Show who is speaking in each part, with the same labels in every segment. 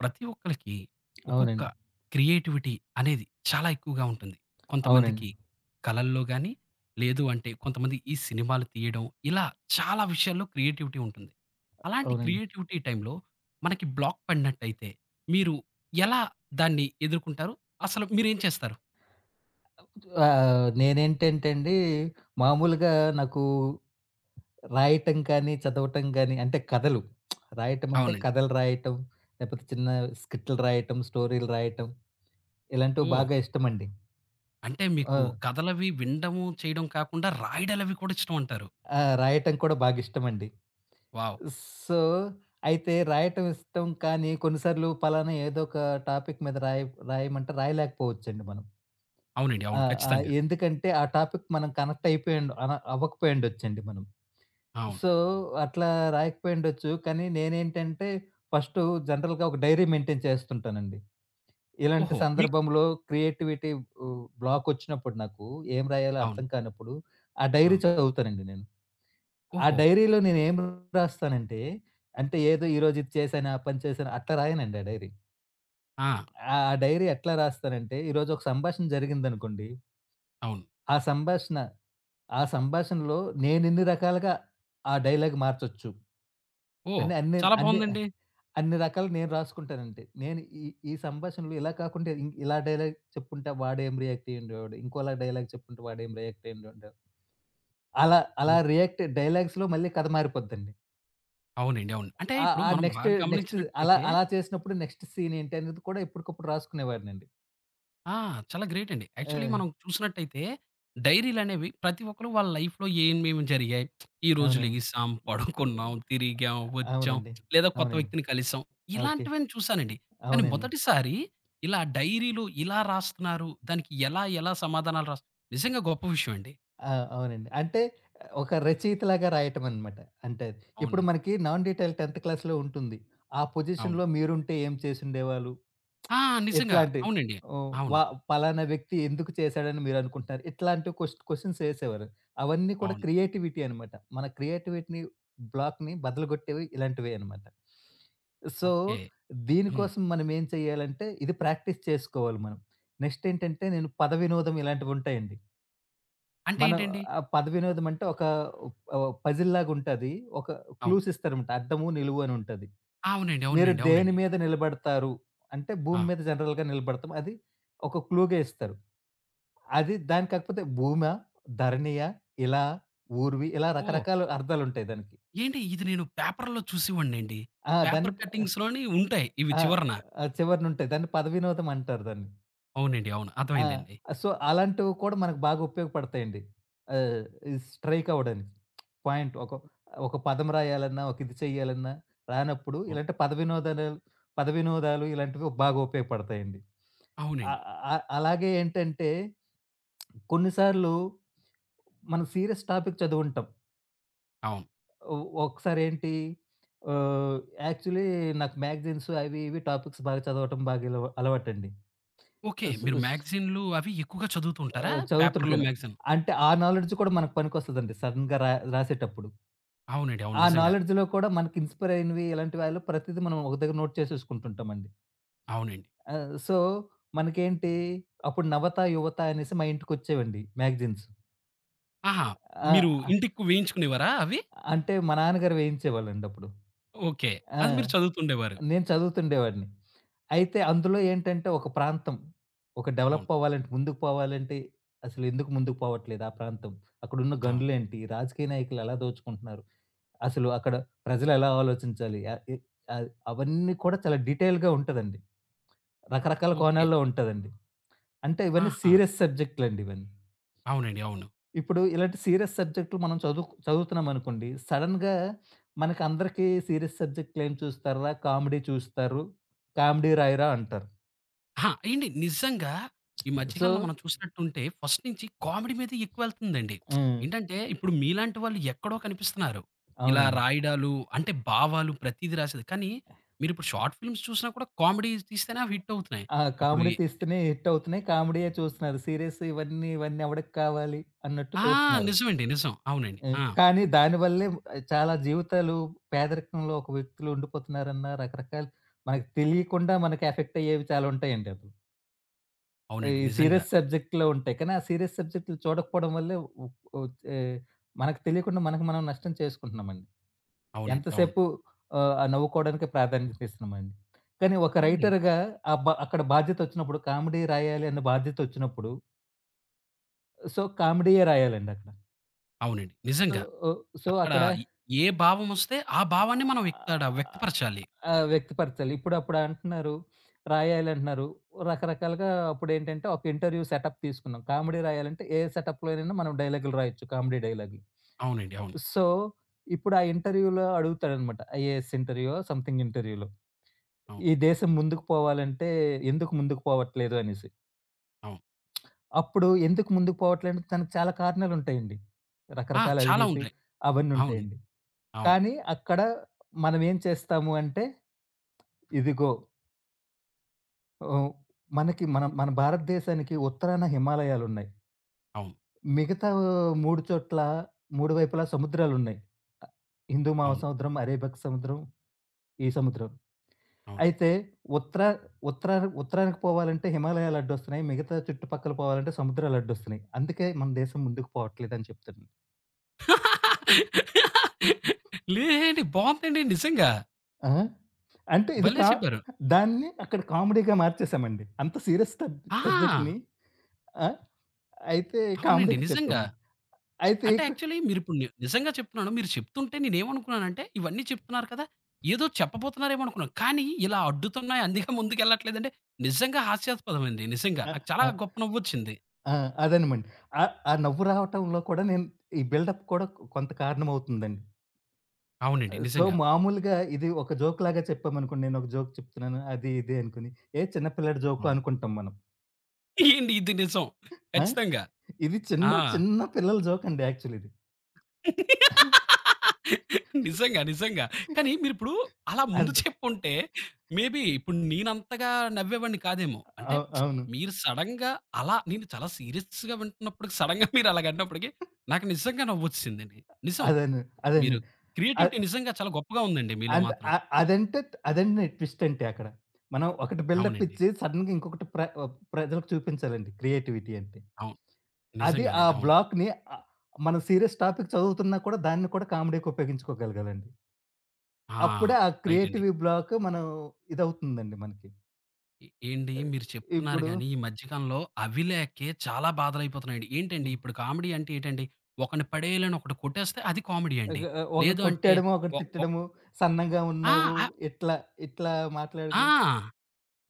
Speaker 1: ప్రతి ఒక్కళ్ళకి ఒక్కొక్క
Speaker 2: అవునండి.
Speaker 1: క్రియేటివిటీ అనేది చాలా ఎక్కువగా ఉంటుంది.
Speaker 2: అవునండి.
Speaker 1: కొంతమందికి కళల్లో గాని, లేదు అంటే కొంతమంది ఈ సినిమాలు తీయడం, ఇలా చాలా విషయాల్లో క్రియేటివిటీ ఉంటుంది. అలాంటి
Speaker 2: అవునండి.
Speaker 1: క్రియేటివిటీ టైమ్‌లో మనకి బ్లాక్ పడినట్టయితే, మీరు ఎలా దాన్ని ఎదుర్కొంటారు? అసలు మీరేం చేస్తారు?
Speaker 2: ఆహ్, నేనేంటంటే అండి, మామూలుగా నాకు రాయటం కానీ, చదవటం కానీ అంటే
Speaker 1: అవునండి.
Speaker 2: కథలు రాయటం, లేకపోతే చిన్న స్కిట్‌లు రాయటం, స్టోరీలు రాయటం ఇలాంటివి
Speaker 1: ఓహ్!
Speaker 2: బాగా ఇష్టమండి.
Speaker 1: అంటే
Speaker 2: ఆ!
Speaker 1: మీకు కథలవి వినడము, చేయడం కాకుండా రాయడాలవి కూడా ఇష్టమంటారు.
Speaker 2: ఆ! రాయటం కూడా బాగా ఇష్టమండి.
Speaker 1: వావ్!
Speaker 2: సో, అయితే రాయటం ఇష్టం కానీ కొన్నిసార్లు పలానా ఏదో ఒక టాపిక్ మీద రాయమంటే రాయలేకపోవచ్చండి మనం.
Speaker 1: అవునండి.
Speaker 2: ఆ!
Speaker 1: అవును.
Speaker 2: ఆ!
Speaker 1: ఖచ్చితంగా.
Speaker 2: ఎందుకంటే ఆ టాపిక్ మనం కనెక్ట్ అయిపోయిండు అన అవ్వకపోయిండొచ్చండి మనం.
Speaker 1: అవును.
Speaker 2: సో, అట్లా రాయకపోయిండొచ్చు. కానీ నేనేంటంటే ఫస్టు జనరల్‌గా ఒక డైరీ మెయింటైన్ చేస్తుంటానండి. ఇలాంటి
Speaker 1: ఓహో! మీకు
Speaker 2: సందర్భంలో క్రియేటివిటీ ఉ బ్లాకొచ్చినప్పుడు నాకు ఏం రాయాలో
Speaker 1: అవును.
Speaker 2: అర్థం కానప్పుడు ఆ
Speaker 1: ఆ!
Speaker 2: డైరీ చదువుతానండి నేను. ఆ
Speaker 1: ఓహో!
Speaker 2: డైరీలో నేనేం రాస్తానంటే, అంటే ఏదో ఈరోజు ఇది చేశాను, ఆ పని చేశాను అట్లా రాయనండి ఆ డైరీ.
Speaker 1: ఆ!
Speaker 2: ఆ డైరీ ఎట్లా రాస్తానంటే ఈరోజు ఒక సంభాషణ జరిగిందనుకోండి
Speaker 1: అవును.
Speaker 2: ఆ సంభాషణ, ఆ సంభాషణలో నేనెన్ని రకాలుగా ఆ డైలాగ్ మార్చొచ్చు.
Speaker 1: ఓహ్!
Speaker 2: అని అన్ని
Speaker 1: చాలా
Speaker 2: అన్ని
Speaker 1: బావుందండి.
Speaker 2: అన్ని రకాలు నేను రాసుకుంటానండి. నేను ఈ ఈ సంభాషణలో ఇలా కాకుండా ఇలా డైలాగ్ చెప్పుంటే వాడేం రియాక్ట్ అయ్యుండేవాడు. ఇంకోలా డైలాగ్ చెప్పుంటే వాడేం రియాక్ట్ అయ్యుండేవాడు. అలా అలా
Speaker 1: హ్మ్.
Speaker 2: రియాక్ట్ డైలాగ్స్‌లో మళ్ళీ కథ మారిపోద్దండి.
Speaker 1: అవునండి. అవును. అంటే
Speaker 2: ఆ!
Speaker 1: ఇప్పుడు
Speaker 2: ఆ
Speaker 1: మనం
Speaker 2: నెక్స్ట్
Speaker 1: బాగా
Speaker 2: నెక్స్ట్ అలా
Speaker 1: గమనించినట్టయితే
Speaker 2: అలా చేసినప్పుడు నెక్స్ట్ సీన్ ఏంటి అనేది కూడా ఇప్పటికప్పుడు రాసుకునేవాడినండి.
Speaker 1: ఆ! చాలా గ్రేట్ అండి.
Speaker 2: ఆ!
Speaker 1: యాక్చువల్లీ మనం చూసినట్టయితే డైరీలనేవి ప్రతి ఒక్కరు వాళ్ళ లైఫ్‌లో ఏమేమి జరిగాయి, ఈరోజు
Speaker 2: అవును.
Speaker 1: లెగిసాం, పడుకున్నాం, తిరిగాం, వచ్చాం
Speaker 2: అవునండి.
Speaker 1: లేదా కొత్త
Speaker 2: అవునండి.
Speaker 1: వ్యక్తిని కలిసాం
Speaker 2: ఓకే.
Speaker 1: ఇలాంటివన్నీ చూసానండి. కానీ
Speaker 2: అవునండి.
Speaker 1: మొదటిసారి ఇలా డైరీలు ఇలా రాస్తున్నారు, దానికి ఎలా ఎలా సమాధానాలు రాస్ నిజంగా గొప్ప విషయం అండి.
Speaker 2: ఆ! అవునండి. అంటే ఒక రచయితలాగా రాయటం అనమాట. అంటే ఇప్పుడు
Speaker 1: అవునండి.
Speaker 2: మనకి నాన్ డీటెయిల్ 10థ్ క్లాస్‌లో ఉంటుంది. ఆ
Speaker 1: అవును.
Speaker 2: పొజిషన్‌లో మీరుంటే ఏం చేసుండేవాళ్ళు?
Speaker 1: ఆ! నిజంగా.
Speaker 2: ఎట్లాంటి
Speaker 1: అవునండి.
Speaker 2: ఓహ్, వ
Speaker 1: అవును.
Speaker 2: పలానా వ్యక్తి ఎందుకు చేశాడని మీరనుకుంటున్నారు? ఇట్లాంటి క్వెషన్స్ ఏసేవారు. అవన్నీ కూడా
Speaker 1: అవును.
Speaker 2: క్రియేటివిటీ అనమాట. మన క్రియేటివిటీని బ్లాక్‌ని బదలగొట్టేవి ఇలాంటివే అనమాట. So,
Speaker 1: okay. హ్మ్.
Speaker 2: దీనికోసం మనం ఏం చేయాలంటే ఇది ప్రాక్టీస్ చేసుకోవాలి మనం. నెక్స్ట్ ఏంటంటే నేను పద వినోదం ఇలాంటివి ఉంటాయండి.
Speaker 1: అంటే
Speaker 2: మనం
Speaker 1: ఏంటండి?
Speaker 2: ఆ పద వినోదం అంటే ఒక పజిల్‌లాగుంటది. ఒక
Speaker 1: అవును.
Speaker 2: క్లూస్ ఇస్తారనమాట. అడ్డము, నిలువు అని ఉంటది.
Speaker 1: అవునండి.
Speaker 2: మీరు
Speaker 1: అవునండి.
Speaker 2: దేని
Speaker 1: అవునండి.
Speaker 2: మీద నిలబడతారు? అంటే భూమి
Speaker 1: ఆ!
Speaker 2: మీద జనరల్‌గా నిలబడతాం. అది ఒక క్లూగా ఇస్తారు. అది దాని కాకపోతే భూమా? ధరణియా? ఇలా? ఊర్వి? ఇలా
Speaker 1: ఓహ్!
Speaker 2: రకరకాల అర్థాలుంటాయి దానికి.
Speaker 1: ఏంటి ఇది నేను పేపర్‌లో చూసేవాడినండి.
Speaker 2: ఆ! దాన్ని
Speaker 1: పేపర్
Speaker 2: ప
Speaker 1: కట్టింగ్స్‌లోని ఉంటాయి. ఇవి
Speaker 2: ఆ!
Speaker 1: చివరన.
Speaker 2: ఆ! చివరనుంటాయి. దాన్ని పద వినోదం అంటారు దాన్ని.
Speaker 1: అవునండి. అవును.
Speaker 2: ఆ!
Speaker 1: అర్థమైందండి.
Speaker 2: సో, అలాంటివి కూడా మనకు బాగా ఉపయోగపడతాయండి. ఆహ్, ఈ స్ట్రైక్ అవ్వడానికి. పాయింట్ ఒక ఒక పదం రాయాలన్నా, ఒక ఇది చేయాలన్నా రానప్పుడు
Speaker 1: అవును.
Speaker 2: ఇలాంటి పద వినోదాలు ఇలాంటివి బాగా ఉపయోగపడతాయండి. అ
Speaker 1: అవునండి.
Speaker 2: అ అలాగే ఏంటంటే కొన్ని సార్లు మనం సీరియస్ టాపిక్ చదువుంటాం.
Speaker 1: అవును.
Speaker 2: ఒ ఒకసారి ఏంటి ఆహ్, యాక్చువల్లీ నాకు మ్యాగజైన్స్ అవి ఇవి టాపిక్స్ బాగా చదవటం బాగా అలవాటండి.
Speaker 1: ఓకే. మీరు
Speaker 2: స్
Speaker 1: మ్యాగజైన్‌లు అవి ఎక్కువగా చదువుతూ ఉంటారా? పేపర్‌లు,
Speaker 2: చదువుతుంటాను.
Speaker 1: మ్యాగజైన్.
Speaker 2: అంటే ఆ నాలెడ్జ్ కూడా మనకు పనికొస్తదండి. సడెన్‌గా రాసేటప్పుడు.
Speaker 1: అవునండి. అవును.
Speaker 2: ఆ
Speaker 1: నిజంగా.
Speaker 2: నాలెడ్జ్‌లో కూడా మనకి ఇన్‌స్పైర్ అయినవి ఇలాంటి వారిలో ప్రతిది మనం ఒక దగ్గర నోట్ చేసేసుకుంటుంటామండి.
Speaker 1: అవునండి.
Speaker 2: ఆహ్, సో, మనకేంటి అప్పుడు 'నవత, యువత' అనేసి మా ఇంటికొచ్చేవండి మ్యాగజైన్స్.
Speaker 1: ఆహా! మీరు
Speaker 2: ఆ!
Speaker 1: ఇంటికి వేయించుకునేవారా అవి?
Speaker 2: అంటే మా నాన్నగారు వేయించేవాళ్ళండి అప్పుడు.
Speaker 1: ఓకే.
Speaker 2: ఆ!
Speaker 1: అది మీరు చదువుతుండేవారు.
Speaker 2: నేను చదువుతుండేవాడిని. అయితే అందులో ఏంటంటే ఒక
Speaker 1: అవును.
Speaker 2: డెవలప్ అవ్వాలంటే, ముందుకు పోవాలంటే అసలు ఎందుకు ముందుకు పోవట్లేదు ఆ ప్రాంతం? అక్కడున్న
Speaker 1: అవును.
Speaker 2: గనులేంటి? రాజకీయ నాయకులు ఎలా దోచుకుంటున్నారు? అసలు అక్కడ ప్రజలు ఎలా ఆలోచించాలి? అవన్నీ కూడా చాలా డీటెయిల్‌గా ఉంటదండి. రకరకాల
Speaker 1: ఓకే.
Speaker 2: కోణాల్లో ఉంటదండి. అంటే ఇవన్నీ
Speaker 1: ఆహా!
Speaker 2: సీరియస్ సబ్జెక్ట్‌లండి ఇవన్నీ.
Speaker 1: అవునండి. అవును.
Speaker 2: ఇప్పుడు ఇలాంటి సీరియస్ సబ్జెక్టులు మనం చదువుతున్నామనుకోండి. సడెన్‌గా మనకి అందరికీ సీరియస్ సబ్జెక్ట్‌లేం చూస్తార్రా? కామెడీ చూస్తారు. కామెడీ రాయరా అంటారు.
Speaker 1: అహా! ఏండి నిజంగా ఈ మధ్య
Speaker 2: సో
Speaker 1: కాలంలో మనం చూసినట్టుంటే ఫస్ట్ నుంచి కామెడీ మీదే ఎక్కువెళ్తుందండి.
Speaker 2: హ్మ్.
Speaker 1: ఏంటంటే ఇప్పుడు మీలాంటి వాళ్ళు ఎక్కడో కనిపిస్తున్నారు. ఇలా
Speaker 2: అవునండి.
Speaker 1: రాయడాలు అంటే భావాలు ప్రతీది రాసేది. కానీ మీరిప్పుడు షార్ట్ ఫిల్మ్స్ చూసినా కూడా కామెడీ తీస్తేనే అవి హిట్ అవుతున్నాయి.
Speaker 2: ఆ!
Speaker 1: ఇప్పుడు
Speaker 2: కామెడీ తీస్తేనే హిట్ అవుతున్నాయి. కామెడీయే చూస్తున్నారు. సీరియస్ ఇవన్నీ ఎవడికి కావాలి అన్నట్టు
Speaker 1: ఆ!
Speaker 2: చూస్తున్నారు.
Speaker 1: నిజమండి. నిజం. అవునండి. ఆ!
Speaker 2: కానీ దానివల్లే చాలా జీవితాలు పేదరికంలో ఒక వ్యక్తులు ఉండిపోతున్నారన్న రకరకాల మనకు తెలియకుండా మనకి ఎఫెక్ట్ అయ్యేవి చాలా ఉంటాయండి అవి. ఈ
Speaker 1: అవునండి. నిజంగా.
Speaker 2: సీరియస్ సబ్జెక్ట్‌లో ఉంటాయి. కానీ, ఆ సీరియస్ సబ్జెక్ట్‌లు చూడకపోవడం వల్లే ఉ ఉచ్ ఆహ్, మనకు తెలియకుండా మనకు మనం నష్టం చేసుకుంటున్నామండి.
Speaker 1: అవునండి. అవును.
Speaker 2: ఎంతసేపు ఆ నవ్వుకోవడానికే ప్రాధాన్యత ఇస్తున్నామండి. కానీ, ఒక
Speaker 1: అవునండి.
Speaker 2: రైటర్‌గా ఆ బ అక్కడ బాధ్యతొచ్చినప్పుడు సో, కామెడీయే రాయాలండి అక్కడ.
Speaker 1: అవునండి.
Speaker 2: సో,
Speaker 1: నిజంగా.
Speaker 2: ఓహ్, సో,
Speaker 1: అక్కడ
Speaker 2: అక్కడ
Speaker 1: ఎ ఏ భావమొస్తే ఆ భావాన్ని మనం ఇక్కడ
Speaker 2: ఆహ్,
Speaker 1: వ్యక్తపరచాలి.
Speaker 2: ఆ! వ్యక్తపరచాలి. అప్పుడు అంటున్నారు, రాయాలంటున్నారు. రకరకాలుగా అప్పుడేంటంటే, ఒక ఇంటర్వ్యూ సెటప్ తీసుకున్నాం. కామెడీ రాయాలంటే ఏ సెటప్‌లోనైనా మనం డైలాగులు రాయొచ్చు. కామెడీ డైలాగులు.
Speaker 1: అవునండి. అవును.
Speaker 2: సో, ఇప్పుడు ఆ ఇంటర్వ్యూలో అడుగుతాడనమాట. ఐఏఎస్ ఇంటర్వ్యూయో, సంథింగ్ ఇంటర్వ్యూలో.
Speaker 1: అవును.
Speaker 2: "ఈ దేశం ముందుకు పోవాలంటే ఎందుకు ముందుకు పోవట్లేదు" అనేసి.
Speaker 1: అవును.
Speaker 2: అప్పుడు ఎందుకు ముందుకు పోవట్లేదంటే దానికి చాలా కారణాలుంటాయండి.
Speaker 1: ఆ!
Speaker 2: రకరకాల
Speaker 1: చాలా
Speaker 2: అవినీతి
Speaker 1: ఉంటాయి.
Speaker 2: అవన్నీ
Speaker 1: అవును.
Speaker 2: ఉంటాయండి.
Speaker 1: అవును.
Speaker 2: కానీ అక్కడ మనమేం చేస్తాము అంటే, ఇదిగో ఓహ్! మనకి మన మన భారతదేశానికి ఉత్తరాన హిమాలయాలున్నాయి.
Speaker 1: అవును.
Speaker 2: మిగతా 3 చోట్ల 3 వైపులా సముద్రాలున్నాయి. హిందూ
Speaker 1: అవును.
Speaker 2: మహాసముద్రం, అరేబిక్ సముద్రం, ఈ సముద్రం.
Speaker 1: అవును.
Speaker 2: అయితే ఉత్తర ఉత్తర ఉత్తరానికి పోవాలంటే హిమాలయాలు అడ్డొస్తున్నాయి. మిగతా చుట్టుపక్కల పోవాలంటే సముద్రాలు అడ్డొస్తున్నాయి. అందుకే మన దేశం ముందుకు పోవట్లేదని చెప్తున్నా.
Speaker 1: లేదండి. బావుందండి నిజంగా.
Speaker 2: ఆ! అంటే ఇది
Speaker 1: భలే
Speaker 2: కా
Speaker 1: చెప్పారు.
Speaker 2: దాన్ని అక్కడ కామెడీగా మార్చేసామండి. అంత సీరియస్ సబ్
Speaker 1: ఆ!
Speaker 2: సబ్జెక్ట్‌ని ఆ! అయితే
Speaker 1: అవునండి.
Speaker 2: కామెడీకి
Speaker 1: నిజంగా.
Speaker 2: చెప్పామండి. అయితే
Speaker 1: అంటే
Speaker 2: ఇక
Speaker 1: యాక్చువల్లీ మీరిప్పుడు నిజంగా చెప్తున్నాను. మీరు చెప్తుంటే నేనేమనుకున్నానంటే, ఇవన్నీ చెప్తున్నారు కదా! ఏదో చెప్పబోతున్నారేమో అనుకున్నాను. కానీ ఇలా అడ్డుతున్నాయి అందుకే ముందుకెళ్ళట్లేదంటే నిజంగా హాస్యాస్పదమండి. నిజంగా.
Speaker 2: ఆ!
Speaker 1: నాకు చాలా
Speaker 2: ఆ!
Speaker 1: గొప్ప నవ్వొచ్చింది.
Speaker 2: ఆ! అదేనండి. ఆ నవ్వు రావటంలో కూడా నేను ఈ బిల్డప్ కూడా కొంత కారణమవుతుందండి.
Speaker 1: అవునండి.
Speaker 2: సో,
Speaker 1: నిజంగా.
Speaker 2: మామూలుగా ఇది ఒక జోక్‌లాగా చెప్పామనుకోండి. నేనొక జోక్ చెప్తున్నాను. అది ఇది అనుకోని, ఏ చిన్న పిల్లాడి జోకు
Speaker 1: అవును.
Speaker 2: అనుకుంటాం మనం.
Speaker 1: ఏండి ఇది నిజం.
Speaker 2: ఆ!
Speaker 1: ఖచ్చితంగా.
Speaker 2: ఇది చిన్న,
Speaker 1: ఆ!
Speaker 2: చిన్న పిల్లల జోకండి యాక్చువల్ ఇది.
Speaker 1: నిజంగా. నిజంగా. కానీ మీరిప్పుడు అలా ముందు
Speaker 2: అది
Speaker 1: చెప్పుంటే మేబీ ఇప్పుడు నేనంతగా నవ్వేవాడిని కాదేమో. అంటే
Speaker 2: అవు అవును.
Speaker 1: మీరు సడెన్‌గా అలా నేను చాలా సీరియస్‌గా వింటున్నప్పటికి సడెన్‌గా మీరు అలాగన్నప్పటికి నాకు నిజంగా నవ్వొచ్చేసిందండి. నిజం.
Speaker 2: అదేను.
Speaker 1: మీరు
Speaker 2: అదేను. అ
Speaker 1: క్రియేటివిటీ నిజంగా చాలా గొప్పగా ఉందండి మీలో
Speaker 2: అంటే
Speaker 1: మాత్రం.
Speaker 2: అ అదంటే అదండి ట్విస్ట్ అంటే అక్కడ. మనం ఒకటి బిల్డప్
Speaker 1: అవునండి.
Speaker 2: ఇచ్చి సడెన్‌గా ఇంకొకటి ప్రజలకు చూపించాలండి క్రియేటివిటీ అంటే.
Speaker 1: అవును.
Speaker 2: అది ఆ
Speaker 1: నిజంగానండి. అవును.
Speaker 2: ఆహ్, మనం సీరియస్ టాపిక్ చదువుతున్నా కూడా దాన్ని కూడా కామెడీకి ఉపయోగించుకోగలగాలండి.
Speaker 1: ఆ!
Speaker 2: అప్పుడే ఆ
Speaker 1: రైట్ అండి.
Speaker 2: క్రియేటివ్ బ్లాక్ మనం ఇదవుతుందండి మనకి.
Speaker 1: ఏండి
Speaker 2: ఆహ్,
Speaker 1: మీరు చెప్తున్నారు
Speaker 2: ఇప్పుడు
Speaker 1: గానీ, ఈ మధ్య కాలంలో అవి లేకే చాలా బాధలయిపోతున్నాయండి. ఏంటండి
Speaker 2: హ్మ్.
Speaker 1: ఇప్పుడు కామెడీ అంటే ఏటండి, ఒకడిని పడేయాలని ఒకడు కొట్టేస్తే అది కామెడీ అండి.
Speaker 2: ఇగ ఒకడు
Speaker 1: లేదు అంటే
Speaker 2: కొట్టేయడము, ఒకడు
Speaker 1: ఒ ఒక్
Speaker 2: తిట్టడము, సన్నగా
Speaker 1: ఆ!
Speaker 2: ఉన్నావు,
Speaker 1: ఆ!
Speaker 2: ఇట్లా ఇట్లా
Speaker 1: ఆ!
Speaker 2: మాట్లాడడం.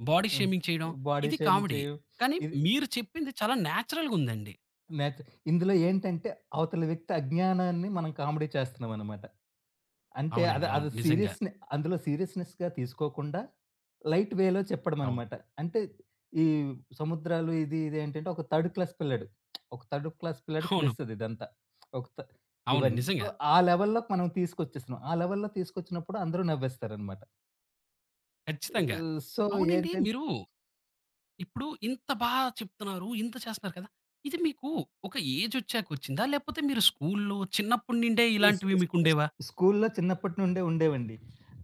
Speaker 1: బాడీ
Speaker 2: హ్మ్.
Speaker 1: షేమింగ్ చేయడం
Speaker 2: బాడీ
Speaker 1: ఇది
Speaker 2: షేమింగ్
Speaker 1: కామెడీ.
Speaker 2: చేయడం.
Speaker 1: కానీ
Speaker 2: ఇది
Speaker 1: మీరు చెప్పింది చాలా నేచురల్‌గుందండి.
Speaker 2: నేచ్ ఇందులో ఏంటంటే అవతల వ్యక్తి అజ్ఞానాన్ని మనం కామెడీ చేస్తున్నామనమాట. అంటే
Speaker 1: అవునండి.
Speaker 2: అది
Speaker 1: అవును.
Speaker 2: అది
Speaker 1: నిజంగా.
Speaker 2: సీరియస్‌నె అందులో సీరియస్‌నెస్‌గా తీసుకోకుండా లైట్ వేలో
Speaker 1: అవును.
Speaker 2: చెప్పడమనమాట. అంటే ఈ సముద్రాలు ఇది ఇది ఏంటంటే ఒక థర్డ్ క్లాస్ పిల్లాడు. ఒక థర్డ్ క్లాస్ పిల్లాడికి
Speaker 1: అవును.
Speaker 2: తెలుస్తది ఇదంతా. ఒక త
Speaker 1: అవును.
Speaker 2: ఇవన్నీ. సో,
Speaker 1: నిజంగా.
Speaker 2: ఆ లెవెల్‌లోకి మనం తీసుకొచ్చేస్తున్నాం. ఆ లెవెల్‌లో తీసుకొచ్చినప్పుడు అందరూ నవ్వేస్తారనమాట.
Speaker 1: ఖచ్చితంగా.
Speaker 2: సో,
Speaker 1: అవునండి.
Speaker 2: ఏంటంటే
Speaker 1: మీరు ఇప్పుడు ఇంత బా చెప్తున్నారు, ఇంత చేస్తున్నారు కదా! ఇది మీకు ఒక ఏజొచ్చాక వచ్చిందా? లేపోతే మీరు స్కూల్‌లో చిన్నప్పటి నిండే
Speaker 2: స్
Speaker 1: ఇలాంటివి
Speaker 2: స్ స్
Speaker 1: మీకుండేవా?
Speaker 2: స్కూల్లో చిన్నప్పటి నుండే ఉండేవండి.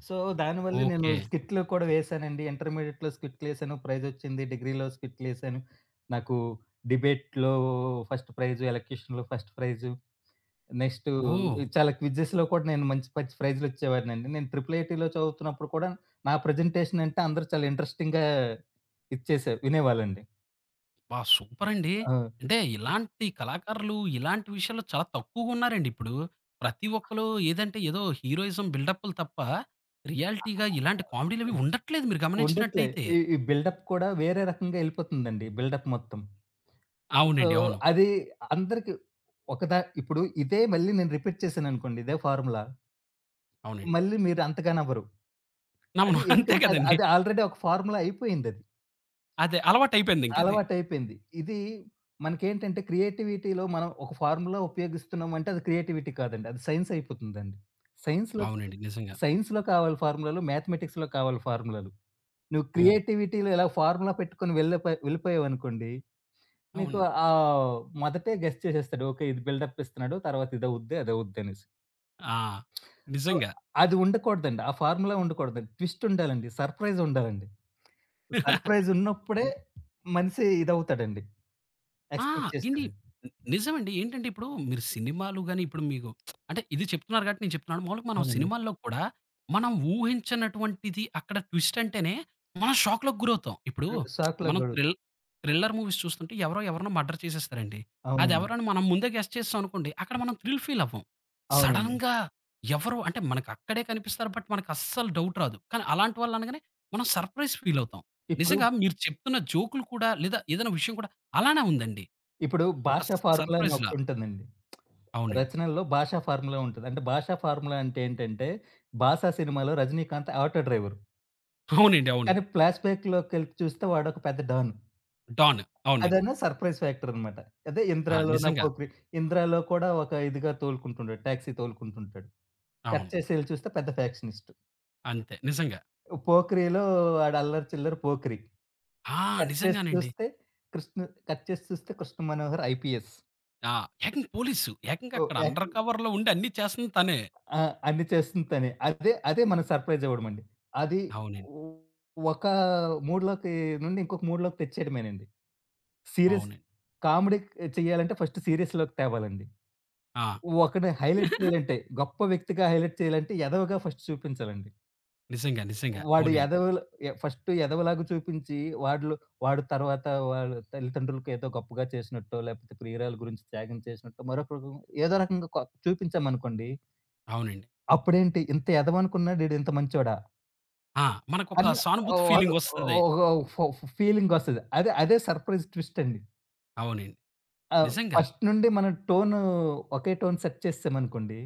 Speaker 2: సో, దానివల్లే నేను
Speaker 1: ఓకే.
Speaker 2: స్కిట్‌లు కూడా వేశానండి. ఇంటర్మీడియేట్‌లో స్కిట్‌లేసాను. ప్రైజొచ్చింది. డిగ్రీలో స్కిట్‌లేసాను. నాకు డిబేట్‌లో ఫస్ట్ ప్రైజు, ఎలక్యూషన్‌లో ఫస్ట్ ప్రైజు, నెక్స్టు
Speaker 1: ఓహ్!
Speaker 2: చాలా క్విజెస్‌లో కూడా నేను మంచి మంచి ప్రైజులొచ్చేవాడినండి. నేను ట్రిపుల్ ఐటీలో చదువుతున్నప్పుడు కూడా నా ప్రెజెంటేషన్ అంటే అందరూ చాలా ఇంట్రెస్టింగ్‌గా ఇచ్చేసే వినేవాళ్ళండి.
Speaker 1: అబ్బా! సూపరండి.
Speaker 2: ఆ!
Speaker 1: అంటే ఇలాంటి కళాకారులు, ఇలాంటి విషయాల్లో చాలా తక్కువగున్నారండి ఇప్పుడు. ప్రతి ఒక్కళ్ళు ఏదంటే ఏదో హీరోయిజం బిల్డప్పులు తప్ప, రియాలిటీగా ఇలాంటి కామెడీలవి ఉండట్లేదు మీరు
Speaker 2: ఉండట్లే.
Speaker 1: గమనించినట్టయితే.
Speaker 2: ఈ ఈ బిల్డప్ కూడా వేరే రకంగా ఎళ్ళిపోతుందండి బిల్డప్ మొత్తం. సో,
Speaker 1: అవునండి. అవును.
Speaker 2: అది అందరికి ఒక దా ఇప్పుడు ఇదే మళ్ళీ నేను రిపీట్ చేశాననుకోండి ఇదే ఫార్ములా.
Speaker 1: అవునండి.
Speaker 2: మళ్ళీ మీరు అంతగా నవ్వరు.
Speaker 1: అవును.
Speaker 2: అది
Speaker 1: అంతే
Speaker 2: ఎందుకంటే అది
Speaker 1: కదండీ.
Speaker 2: అది ఆల్రెడీ ఒక ఫార్ములా అయిపోయిందది.
Speaker 1: అదే అలవాటయిపోయిందింకది.
Speaker 2: అలవాటయిపోయింది. ఇది మనకేంటంటే క్రియేటివిటీలో మనం ఒక ఫార్ములా ఉపయోగిస్తున్నామంటే అది క్రియేటివిటీ కాదండి. అది సైన్స్ అయిపోతుందండి. సైన్స్‌లో
Speaker 1: అవునండి. నిజంగా.
Speaker 2: సైన్స్‌లో కావాలి ఫార్ములాలు, మ్యాథమెటిక్స్‌లో కావాలి ఫార్ములాలు. నువ్వు
Speaker 1: హ్మ్.
Speaker 2: క్రియేటివిటీలో ఇలా ఫార్ములా పెట్టుకొని వెళ్ళిపోయావనుకోండి నీకు
Speaker 1: అవును.
Speaker 2: ఆహ్, మొదటే గెస్ చేసేస్తాడు. ఓకే. ఇది బిల్డప్ ఇస్తున్నాడు. తర్వాత ఇదవుద్ది, అదవుద్ది అనేసి.
Speaker 1: ఆ!
Speaker 2: సో,
Speaker 1: నిజంగా.
Speaker 2: అది ఉండకూడదండి. ఆ ఫార్ములా ఉండకూడదండి. ట్విస్ట్ ఉండాలండి. సర్ప్రైజ్ ఉండాలండి. సర్ప్రైజ్ ఉన్నప్పుడే మనిషి ఇదవుతాడండి.
Speaker 1: ఆ!
Speaker 2: ఎక్స్‌పెక్ట్
Speaker 1: ఏండి
Speaker 2: చేస్తాడండి.
Speaker 1: నిజమండి. ఏంటంటే ఇప్పుడు మీరు సినిమాలు గాని ఇప్పుడు మీకు అంటే ఇది చెప్తున్నారు కాబట్టి నేను చెప్తున్నాను. మాములుగా మనం
Speaker 2: అవునండి.
Speaker 1: సినిమాల్లో కూడా మనం ఊహించనటువంటిది అక్కడ ట్విస్ట్ అంటేనే మనం షాక్‌లోకి గురవుతాం. ఇప్పుడు
Speaker 2: ఆహ్, షాక్‌లో
Speaker 1: మనం
Speaker 2: గూడా
Speaker 1: థ్రిల్లర్ మూవీస్ చూస్తుంటే ఎవరో ఎవరినో మర్డర్ చేసేస్తారండి.
Speaker 2: అవునండి.
Speaker 1: అదెవరని మనం ముందే గెస్ చేసాం అనుకోండి అక్కడ మనం థ్రిల్ ఫీల్ అవ్వం.
Speaker 2: అవునండి.
Speaker 1: సడెన్‌గా ఎవరో అంటే మనకు అక్కడే కనిపిస్తారు బట్ మనకు అస్సలు డౌట్ రాదు. కానీ అలాంటి వాళ్ళు అనగానే మనం సర్ప్రైజ్ ఫీల్ అవుతాం.
Speaker 2: ఇప్పుడు,
Speaker 1: నిజంగా మీరు చెప్తున్న జోకులు కూడా లేదా ఏదైనా విషయం కూడా అలానే ఉందండి.
Speaker 2: ఇప్పుడు
Speaker 1: ఒక
Speaker 2: భాషా ఫార్ములా అని
Speaker 1: సర్‌ప్రైజ్‌లా.
Speaker 2: ఒకటుంటుందండి.
Speaker 1: అవునండి.
Speaker 2: రచనల్లో భాషా ఫార్ములా ఉంటది. అంటే భాషా ఫార్ములా అంటే ఏంటంటే 'బాసా' సినిమాలో రజనీకాంత్ ఆటో డ్రైవరు.
Speaker 1: అవునండి. అవును.
Speaker 2: కానీ ఫ్లాష్ బ్యాక్‌లోకెళ్ళి చూస్తే వాడొక పెద్ద డాన్.
Speaker 1: డాన్. అవునండి.
Speaker 2: అదేనా సర్ప్రైజ్ ఫ్యాక్టర్ అనమాట. అదే
Speaker 1: ఆ!
Speaker 2: 'ఇంద్రాలో' నా
Speaker 1: నిజంగా.
Speaker 2: పోకిరి 'ఇంద్రాలో' కూడా ఒక ఇదిగా తోలుకుంటుంటాడు. టాక్సీ తోలుకుంటుంటాడు. కట్
Speaker 1: అవును.
Speaker 2: చేసి ఎళ్లి చూస్తే పెద్ద ఫ్యాక్షనిస్ట్.
Speaker 1: అంతే. నిజంగా.
Speaker 2: 'పోకిరిలో' ఆడు అల్లరి చిల్లరి పోకిరి.
Speaker 1: ఆ!
Speaker 2: కట్ చేసి
Speaker 1: నిజంగానండి.
Speaker 2: చూస్తే కృష్ణ కట్ చేసి చూస్తే 'కృష్ణ మనోహర్' ఐపీఎస్.
Speaker 1: ఆ! ఏకంగా పోలీసు. ఏకంగా
Speaker 2: ఓహ్!
Speaker 1: అక్కడ అండర్
Speaker 2: యాక్టింగ్
Speaker 1: కవర్‌లో ఉండి అన్నీ చేస్తుంది తనే.
Speaker 2: ఆ! అన్ని చేస్తుంది తనే. అదే అదే మన సర్ప్రైజ్ ఇవ్వడమండి. అది
Speaker 1: అవునండి.
Speaker 2: ఒక మూడ్‌లోకి నుండి ఇంకొక మూడ్‌లోకి తెచ్చేయడమేనండి. సీరియస్
Speaker 1: అవునండి.
Speaker 2: కామెడీ చేయాలంటే ఫస్ట్ సీరియస్‌లోకి తేవాలండి.
Speaker 1: ఆ!
Speaker 2: ఒకడిని హైలైట్ చేయాలంటే, గొప్ప వ్యక్తిగా హైలైట్ చేయాలంటే ఎదవగా ఫస్ట్ చూపించాలండి.
Speaker 1: నిజంగా. నిజంగా.
Speaker 2: వాడు
Speaker 1: అవునండి.
Speaker 2: ఎదవల ఎ ఫస్ట్ ఎదవలాగా చూపించి, వాడిలో వాడు తర్వాత వాళ్ళ తల్లిదండ్రులకు ఏదో గొప్పగా చేసినట్టో, లేకపోతే ప్రియురాలు గురించి త్యాగం చేసినట్టో, మరొక రకం ఏదో రకంగా చూపించామనుకోండి.
Speaker 1: అవునండి.
Speaker 2: అప్పుడేంటి ఇంత ఎదవనుకున్నాడు ఈడు ఇంత మంచోడా!
Speaker 1: ఆ! మనకొక
Speaker 2: అన్న
Speaker 1: సానుభూతి
Speaker 2: ఓహ్!
Speaker 1: ఫీలింగొస్తది.
Speaker 2: ఒక ఫొ ఫీలింగొస్తది. అదే అదే సర్ప్రైజ్ ట్విస్ట్ అండి.
Speaker 1: అవునండి.
Speaker 2: ఆ!
Speaker 1: నిజంగా.
Speaker 2: ఫస్ట్ నుండి మనం ఒకే టోన్ సెట్ చేసేసామనుకోండి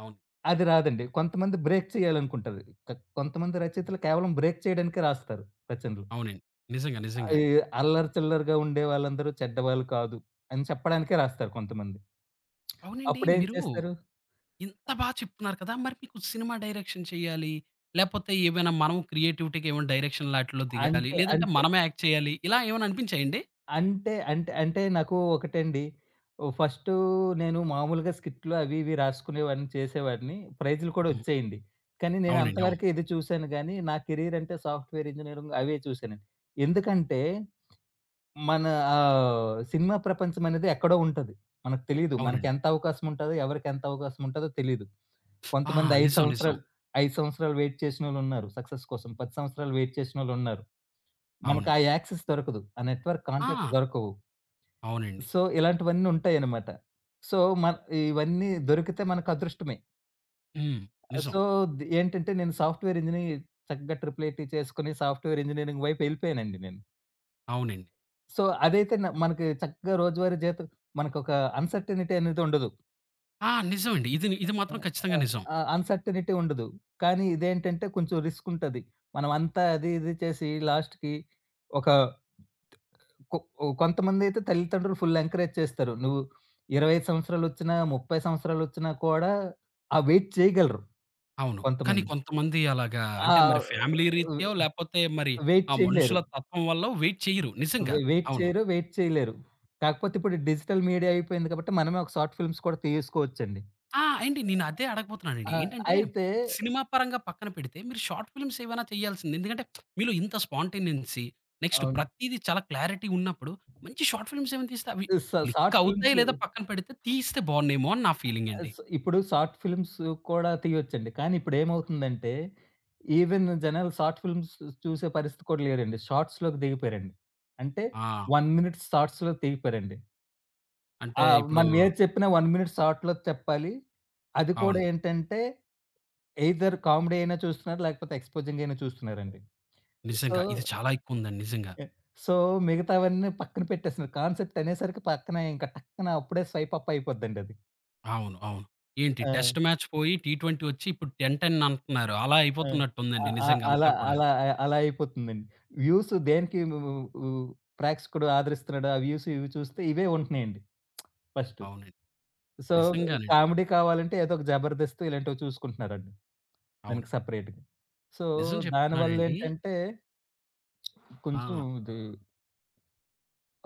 Speaker 1: అవును.
Speaker 2: అది రాదండి. కొంతమంది బ్రేక్ చేయాలనుకుంటారు. క కొంతమంది రచయితలు కేవలం బ్రేక్ చేయడానికే రాస్తారు రచనలు.
Speaker 1: అవునండి. నిజంగా. నిజంగా.
Speaker 2: ఈ అల్లరి చిల్లరగా ఉండే వాళ్ళందరూ చెడ్డవాళ్ళు కాదు అని చెప్పడానికే రాస్తారు కొంతమంది.
Speaker 1: అవునండి.
Speaker 2: అప్పుడేం
Speaker 1: మీరు
Speaker 2: చేస్తారు?
Speaker 1: ఇంత బా చెప్తున్నారు కదా! మరి మీకు సినిమా డైరెక్షన్ చేయాలి, లేపోతే ఏమైనా మనం క్రియేటివిటీ‌గా ఏమైనా డైరెక్షన్ ఆటిల్లో దిగాలి,
Speaker 2: అంటే,
Speaker 1: లేదంటే
Speaker 2: అంటే,
Speaker 1: మనమే యాక్ట్ చేయాలి ఇలా ఏమైనా అనిపించాయండి?
Speaker 2: అంటే నాకు ఒకటండి. ఫస్టు నేను మామూలుగా స్కిట్‌లు అవి ఇవి రాసుకునేవాడిని, చేసేవాడిని. ప్రైజ్‌లు కూడా
Speaker 1: హ్మ్.
Speaker 2: వచ్చేయండి. కానీ నేను
Speaker 1: అవునండి. అవును.
Speaker 2: అంతవరకే ఇది చూసాను గానీ, నా కెరియర్ అంటే సాఫ్ట్‌వేర్ ఇంజినీరింగ్ అవే చూసానండి. ఎందుకంటే మన సినిమా ప్రపంచమనేది ఎక్కడో ఉంటది. మనకు తెలీదు.
Speaker 1: అవునండి.
Speaker 2: మనకెంత అవకాశం ఉంటదో, ఎవరికెంత అవకాశం ఉంటదో తెలీదు.
Speaker 1: ఆ!
Speaker 2: కొంతమంది 5
Speaker 1: నిజం. నిజం.
Speaker 2: సంవత్సరాలు, 5 సంవత్సరాలు వెయిట్ చేసినోళ్ళున్నారు సక్సెస్ కోసం. 10 సంవత్సరాలు వెయిట్ చేసినోళ్ళున్నారు. మనకు
Speaker 1: అవును.
Speaker 2: ఆ యాక్సెస్ దొరకదు. ఆ నెట్వర్క్ కాంటాక్ట్స్
Speaker 1: ఆ!
Speaker 2: దొరకవు.
Speaker 1: అవునండి.
Speaker 2: సో, ఇలాంటివన్నీ ఉంటాయన్నమాట. సో, మన ఇవన్నీ దొరికితే మనకు అదృష్టమే.
Speaker 1: హ్మ్. నిజం.
Speaker 2: సో, ది ఏంటంటే నేను సాఫ్ట్‌వేర్ ఇంజినీర్ చక్కగా ట్రిపుల్ ఐటీ చేసుకొని సాఫ్ట్‌వేర్ ఇంజినీరింగ్ వైపు ఎళ్ళిపోయానండి నేను.
Speaker 1: అవునండి.
Speaker 2: సో, అదైతే మనకి చక్కగా రోజువారీ జీవితం మనకొక అన్‌సర్టెనిటీ అనేది ఉండదు.
Speaker 1: ఆ! నిజం అండి. ఇది ఇది
Speaker 2: ఆ!
Speaker 1: మాత్రం ఖచ్చితంగా
Speaker 2: ఆ!
Speaker 1: నిజం.
Speaker 2: ఆ! అన్‌సర్టెనిటీ ఉండదు. కానీ ఇదేంటంటే కొంచెం రిస్క్ ఉంటది. మనం అంతా అది ఇది చేసి లాస్ట్‌కి ఒక కొ కొంతమందైతే తల్లిదండ్రులు ఫుల్ ఎంకరేజ్ చేస్తారు. నువ్వు 25 సంవత్సరాలొచ్చినా, 30 సంవత్సరాలొచ్చినా కూడా ఆ వెయిట్ చేయగలరు
Speaker 1: అవును. కానీ
Speaker 2: కొంతమంది.
Speaker 1: కొంతమంది అలాగా
Speaker 2: ఆ!
Speaker 1: అంటే మరి ఫ్యామిలీ రీత్యో లేపోతే మరి
Speaker 2: వెయిట్
Speaker 1: ఆ
Speaker 2: చేయలేరు.
Speaker 1: మనుషుల తత్వం వల్లో వెయిట్ చెయ్యరు నిజంగా.
Speaker 2: వెయిట్
Speaker 1: అవును.
Speaker 2: చేయరు, వెయిట్ చేయలేరు. కాకపోతే ఇప్పుడు డిజిటల్ మీడియా అయిపోయింది కాబట్టి మనమే ఒక షార్ట్ ఫిల్మ్స్ కూడా తీసుకోవచ్చండి.
Speaker 1: ఆ! ఏండి నేను అదే అడగబోతున్నానండి.
Speaker 2: ఆ!
Speaker 1: ఏంటంటే,
Speaker 2: అయితే
Speaker 1: సినిమా పరంగా పక్కన పెడితే మీరు షార్ట్ ఫిల్మ్స్ ఏవైనా చేయాల్సింది. ఎందుకంటే, మీలో ఇంత స్పాంటేనియన్సీ, నెక్స్ట్
Speaker 2: అవును.
Speaker 1: ప్రతీది చాలా క్లారిటీ ఉన్నప్పుడు, మంచి షార్ట్ ఫిల్మ్స్ ఏమైనా తీస్తే అవి
Speaker 2: స
Speaker 1: క్లిక్
Speaker 2: షార్ట్
Speaker 1: అవుతాయి
Speaker 2: ఫిల్మ్స్
Speaker 1: లేదా పక్కన పెడితే తీస్తే బావున్నేమో అని నా ఫీలింగ్ అండి.
Speaker 2: స్ ఇప్పుడు షార్ట్ ఫిల్మ్స్ కూడా తీయొచ్చండి. కానీ ఇప్పుడేమవుతుందంటే, ఈవెన్ జనాలు షార్ట్ ఫిల్మ్స్ చూసే పరిస్థితి కూడా లేరండి. షార్ట్స్‌లోకి దిగిపోయారండి. అంటే
Speaker 1: ఆ!
Speaker 2: 1 మినిట్ షార్ట్స్‌లో దిగిపోయారండి.
Speaker 1: అంటే
Speaker 2: ఆ!
Speaker 1: ఇప్పుడు
Speaker 2: మనం ఏది చెప్పినా 1 మినిట్ షార్ట్‌లో చెప్పాలి. అది కూడా
Speaker 1: అవును.
Speaker 2: ఏంటంటే ఎయిదర్ కామెడీ అయినా చూస్తున్నారు, లేకపోతే ఎక్స్‌పోజింగ్ అయినా చూస్తున్నారండి. సో
Speaker 1: నిజంగా. ఇది చాలా ఎక్కువుందండి నిజంగా.
Speaker 2: యాహ్! సో, మిగతావన్నీ పక్కన పెట్టేస్తున్నారు. కాన్సెప్ట్ అనేసరికి పక్కన ఇంక టక్కన అప్పుడే స్వైప్ అప్ అయిపోద్దండది.
Speaker 1: అవును. అవును. ఏంటి
Speaker 2: ఆ!
Speaker 1: టెస్ట్ మ్యాచ్ పోయి టీ20 వచ్చి ఇప్పుడు 10, 10 అంటున్నారు. అలా
Speaker 2: ఆ! అ
Speaker 1: అయిపోతున్నట్టుందండి
Speaker 2: అ
Speaker 1: నిజంగా
Speaker 2: అలా
Speaker 1: అంతా కూడా.
Speaker 2: అలా అలా అయిపోతుందండి. వ్యూస్ దేనికి వు వు ప్రేక్షకుడు ఆదరిస్తున్నాడు. ఆ వ్యూస్ ఇవి చూస్తే ఇవే ఉంటున్నాయండి ఫస్ట్.
Speaker 1: అవునండి.
Speaker 2: సో,
Speaker 1: నిజంగానండి.
Speaker 2: కామెడీ కావాలంటే ఏదో ఒక 'జబర్దస్త్' ఇలాంటివి చూసుకుంటున్నారండి దానికి
Speaker 1: అవునండి.
Speaker 2: సెపరేట్‌గా. సో,
Speaker 1: నిజం చెప్తున్నానండి.
Speaker 2: దానివల్లేంటంటే
Speaker 1: ఆ!
Speaker 2: కొంచెం ఇది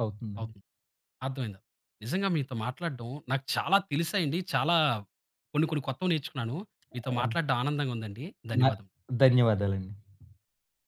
Speaker 2: అవుతుందండి.
Speaker 1: అవుతుంది. అర్థమైంది. నిజంగా మీతో మాట్లాడడం నాకు చాలా తెలిసాయండి. చాలా కొన్ని, కొన్ని కొత్తవి నేర్చుకున్నాను. మీతో
Speaker 2: ఆ!
Speaker 1: మాట్లాడడం ఆనందంగా ఉందండి.
Speaker 2: న
Speaker 1: ధన్యవాదములు.
Speaker 2: ధన్యవాదాలండి.